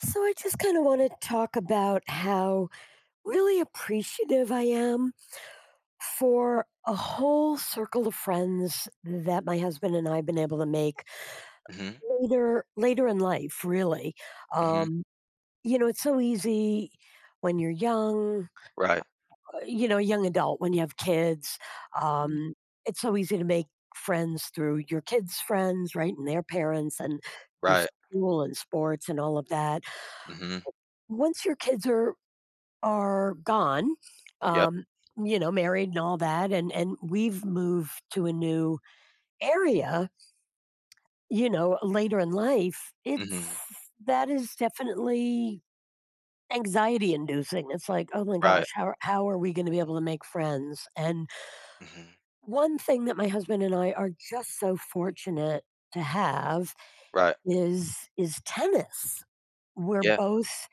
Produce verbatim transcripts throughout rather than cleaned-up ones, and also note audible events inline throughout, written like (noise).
So I just kind of want to talk about how really appreciative I am for a whole circle of friends that my husband and I have been able to make Mhm, later later in life, really. mhm, Um, you know, it's so easy when you're young, right, uh, you know, a young adult when you have kids. mhm, Um, it's so easy to make friends through your kids' friends, right, and their parents and through right, school and sports and all of that. mhm, Once your kids are are gone, yep, um, you know, married and all that, and and we've moved to a new area, you know, later in life, it's mhm, that is definitely anxiety inducing. It's like, "Oh my right, gosh, how how are we gonna be able to make friends?" And mhm, one thing that my husband and I are just so fortunate to have right, is is tennis. We're yeah, both,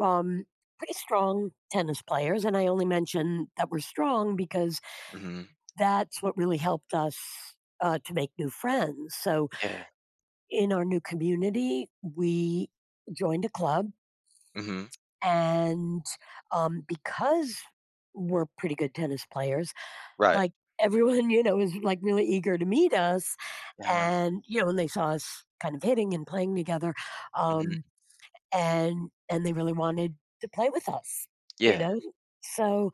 um, pretty strong tennis players, and I only mention that we're strong because mhm, that's what really helped us uh, to make new friends. So yeah, in our new community, we joined a club, mhm, and um, because we're pretty good tennis players, right, like everyone, you know, is like really eager to meet us, uh-huh, and you know, when they saw us kind of hitting and playing together, mhm, um, and and they really wanted to play with us, you yeah, know. So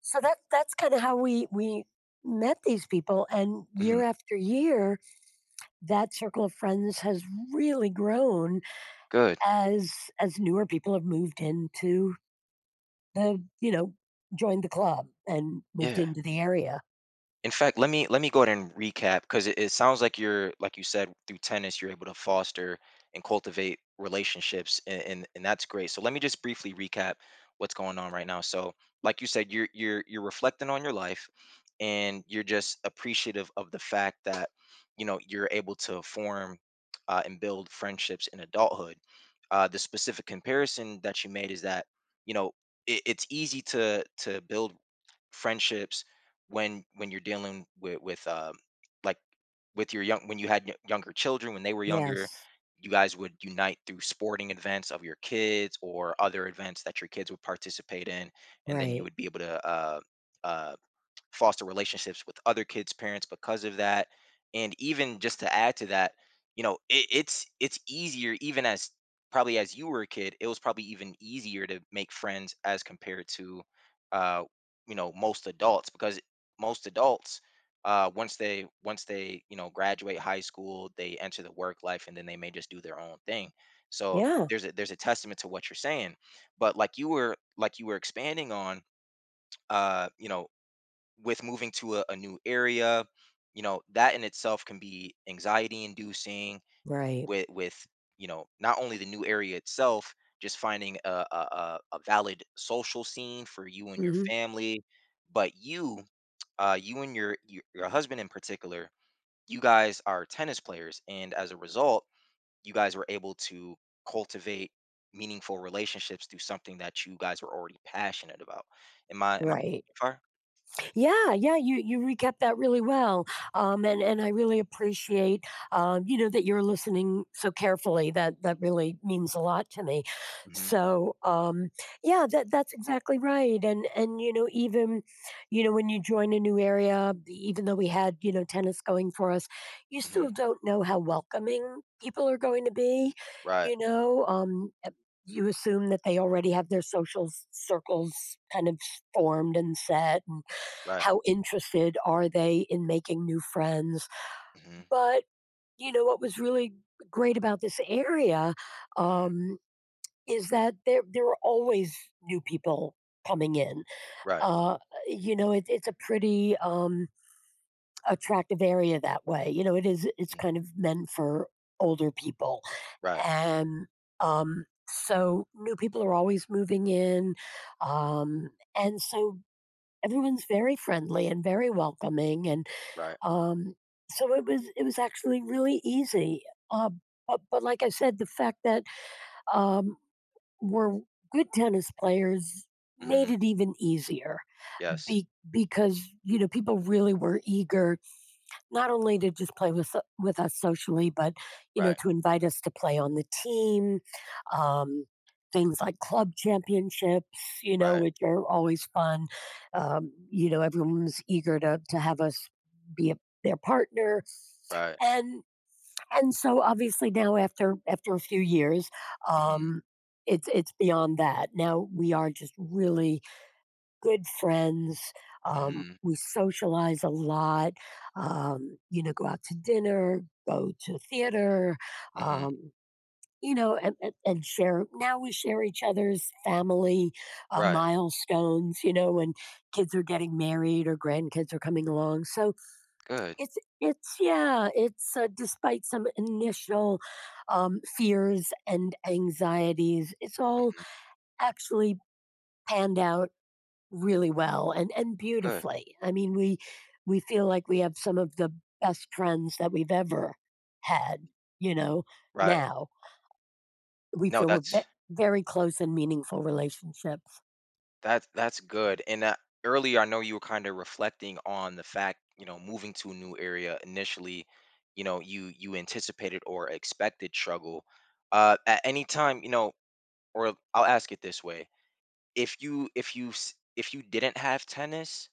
so that that's kind of how we we met these people, and mhm, year after year that circle of friends has really grown good, as as newer people have moved into the you know joined the club and moved yeah. into the area. In fact, let me let me go ahead and recap, because it, it sounds like, you're like you said, through tennis you're able to foster and cultivate relationships, and, and and that's great. So let me just briefly recap what's going on right now. So like you said, you're you're you're reflecting on your life, and you're just appreciative of the fact that you know you're able to form uh, and build friendships in adulthood. Uh, the specific comparison that you made is that, you know it, it's easy to to build friendships when when you're dealing with with um like with your young, when you had y- younger children, when they were younger. Yes. You guys would unite through sporting events of your kids, or other events that your kids would participate in, and then you Right. would be able to uh uh foster relationships with other kids' parents because of that. And even just to add to that, you know, it, it's it's easier, even as, probably as you were a kid, it was probably even easier to make friends as compared to uh, you know, most adults, because most adults, uh once they once they, you know, graduate high school, they enter the work life and then they may just do their own thing. So Yeah. there's a there's a testament to what you're saying. But like you were like you were expanding on, uh, you know, with moving to a, a new area, you know that in itself can be anxiety inducing Right. with with you know not only the new area itself, just finding a, a, a a valid social scene for you and your Hmm. family, but you uh you and your your, your husband in particular, you guys are tennis players, and as a result you guys were able to cultivate meaningful relationships through something that you guys were already passionate about. Am i am i Right. far? Yeah, yeah, you you recap that really well, um, and and I really appreciate um, you know that you're listening so carefully. That that really means a lot to me. Mm-hmm, So um, yeah, that that's exactly right. And and you know even you know when you join a new area, even though we had you know tennis going for us, you mm-hmm, still don't know how welcoming people are going to be. right, You know. Um, eh, you assume that they already have their social circles kind of formed and set. right. How interested are they in making new friends? Mhm. But, you know, what was really great about this area Mhm. um, is that there, there are always new people coming in. Right. Uh, you know, it, it's a pretty um, attractive area that way. You know, it is, it's Mhm. kind of meant for older people. Right. And, um, so new people are always moving in, um, and so everyone's very friendly and very welcoming. And Right. Um, so it was it was actually really easy. Uh, but, but like I said, the fact that um, we're good tennis players made Mhm. it even easier Yes. be, because you know people really were eager not only to just play with with us socially, but you know Right. to invite us to play on the team. Um, Things like club championships you know Right. which are always fun, um, you know everyone's eager to, to have us be a, their partner. Right. And and so obviously now after after a few years, Mhm. um, it's it's beyond that. Now we are just really good friends. Um, Mhm. We socialize a lot. Um, you know, go out to dinner, go to theater. Mhm. Um, you know, and, and, and share. Now we share each other's family uh, Right. milestones. You know, when kids are getting married or grandkids are coming along. So Good. it's it's yeah, it's, uh, despite some initial, um, fears and anxieties, it's all Mhm. actually panned out really well and and Good. beautifully. I mean, we we feel like we have some of the best friends that we've ever had, you know, Right. now. We No, feel we're ve that's very close and meaningful relationships. that's that's good. And uh, earlier, I know you were kind of reflecting on the fact, you know, moving to a new area initially, you know, you you anticipated or expected struggle. Uh, at any time, you know, or I'll ask it this way: if you if you s- if you didn't have tennis,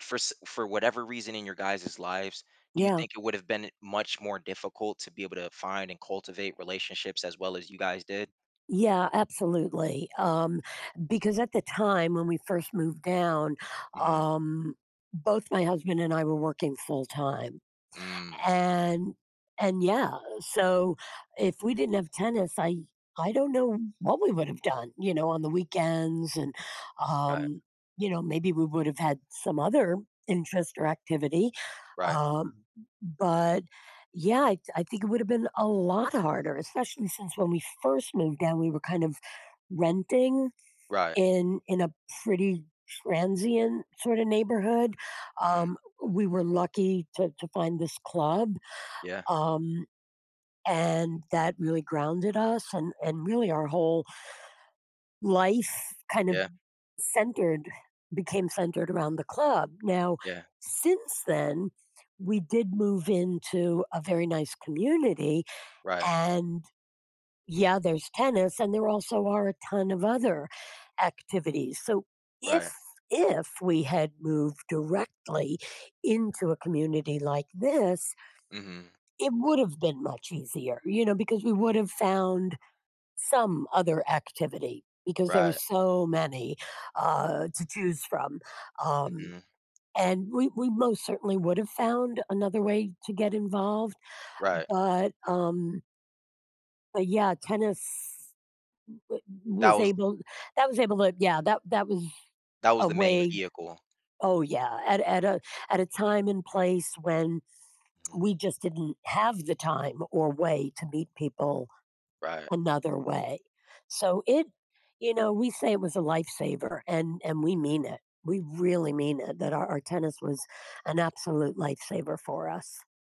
for s- for whatever reason in your guys' lives, do you Yeah. think it would have been much more difficult to be able to find and cultivate relationships as well as you guys did? Yeah, absolutely. Um, because at the time when we first moved down, Mm-hmm. um, both my husband and I were working full time. Mm, And and yeah, so if we didn't have tennis, I I don't know what we would have done, you know, on the weekends and right, um, you know, maybe we would have had some other interest or activity. right, Um, but yeah, I, I think it would have been a lot harder, especially since when we first moved down, we were kind of renting right. in in a pretty transient sort of neighborhood. Hmm. Um, we were lucky to to find this club, Yeah, um, and that really grounded us and and really our whole life kind of yeah, centered became centered around the club. Now, yeah. since then, we did move into a very nice community Right, and yeah, there's tennis and there also are a ton of other activities. So if right. if we had moved directly into a community like this, Hmm. it would have been much easier, you know, because we would have found some other activity because there were Right, so many uh, to choose from. Um, hmm, and we, we most certainly would have found another way to get involved. right. But, um, but yeah, tennis w- That was was able that was able to yeah that that was that was a the main way vehicle. oh yeah at, at a at a time and place when Mhm. we just didn't have the time or way to meet people Right. another way. So it, you know, we say it was a lifesaver and and we mean it. We really mean it that our, our tennis was an absolute lifesaver for us.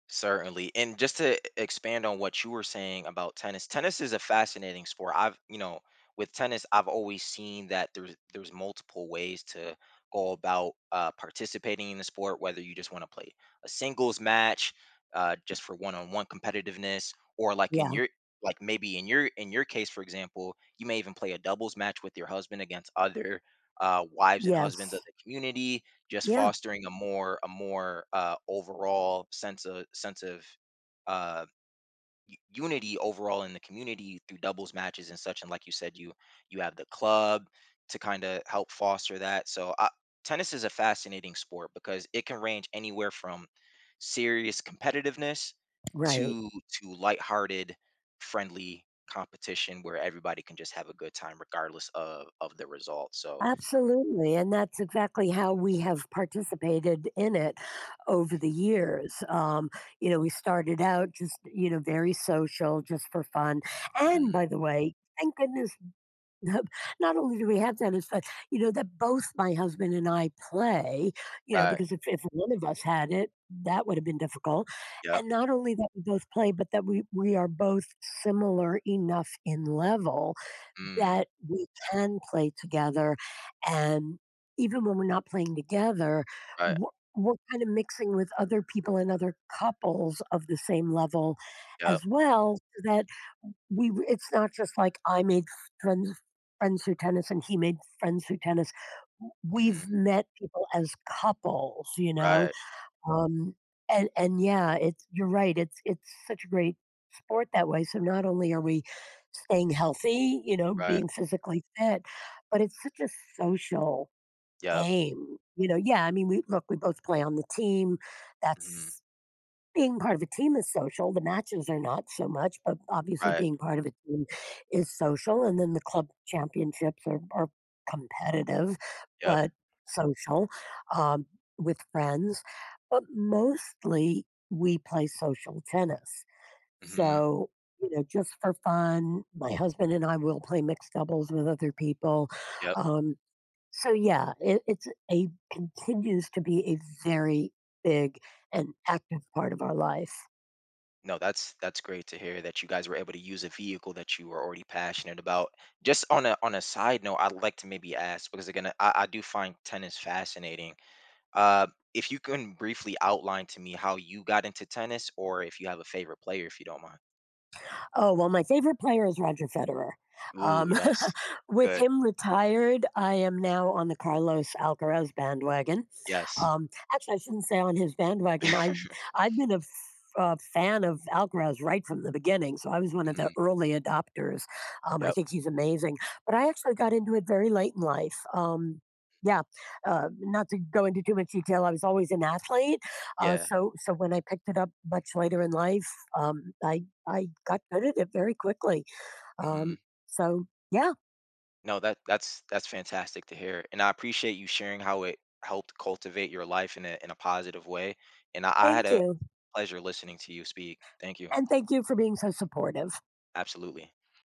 Certainly. And just to expand on what you were saying about tennis, tennis is a fascinating sport. I've, you know, with tennis, I've always seen that there's there's multiple ways to go about uh, participating in the sport, whether you just want to play a singles match, uh, just for one-on-one competitiveness, or like in Yeah. your like maybe in your in your case, for example, you may even play a doubles match with your husband against other uh, wives and Yes. husbands of the community, just Yeah. fostering a more a more uh, overall sense of sense of uh, u- unity overall in the community through doubles matches and such. And like you said, you you have the club to kind of help foster that. So I, tennis is a fascinating sport because it can range anywhere from serious competitiveness, Right. to to lighthearted, friendly competition where everybody can just have a good time regardless of of the result. So. Absolutely. And that's exactly how we have participated in it over Mhm. the years. Um, you know, we started out just, you know, very social, just for fun. And Mhm. by the way, thank goodness that- not only do we have tennis, but, you know, that both my husband and I play, you know, Right, because if, if one of us had it, that would have been difficult. yep. And not only that we both play, but that we, we are both similar enough in level Mm. that we can play together. And even when we're not playing together, Right, we're, we're kind of mixing with other people and other couples of the same level yep, as well. so That we w it's not just like I made friends friends through tennis and he made friends through tennis. W We've mhm, met people as couples, you know, right, um, and and yeah, it's you're right, it's it's such a great sport that way, so not only are we staying healthy, you know, right, being physically fit, but it's such a social yep, game, you know? Yeah, I mean, we look, we both play on the team, mhm, that's being part of a team is social, the matches are not so much, but obviously right, being part of a team is social, and then the club championships are are competitive, yep, but social, um, with friends, but mostly we play social tennis. mhm, So, you know, just for fun, my husband and I will play mixed doubles with other people, yep. um so yeah, it, it's a continues to be a very big and active part of our life. No, that's that's great to hear that you guys were able to use a vehicle that you were already passionate about. Just on a on a side note, I'd like to maybe ask, because again, I, I do find tennis fascinating. Uh, if you can briefly outline to me how you got into tennis, or if you have a favorite player, if you don't mind. Oh, well, my favorite player is Roger Federer. Ooh, Um, yes, (laughs) with good, him retired, I am now on the Carlos Alcaraz bandwagon. yes, Um, Actually, I shouldn't say on his bandwagon. I I've been a f- a fan of Alcaraz right from the beginning, so I was one of the mhm, early adopters. Um, I yep, think he's amazing, but I actually got into it very late in life. Um, yeah, uh, not to go into too much detail. I was always an athlete, uh, yeah, so so when I picked it up much later in life, um, I I got good at it very quickly. mhm. Um, so yeah, No, that that's that's fantastic to hear, and I appreciate you sharing how it helped cultivate your life in a in a positive way. And I, I had thank a you. pleasure listening to you speak. Thank you. And thank you for being so supportive. Absolutely.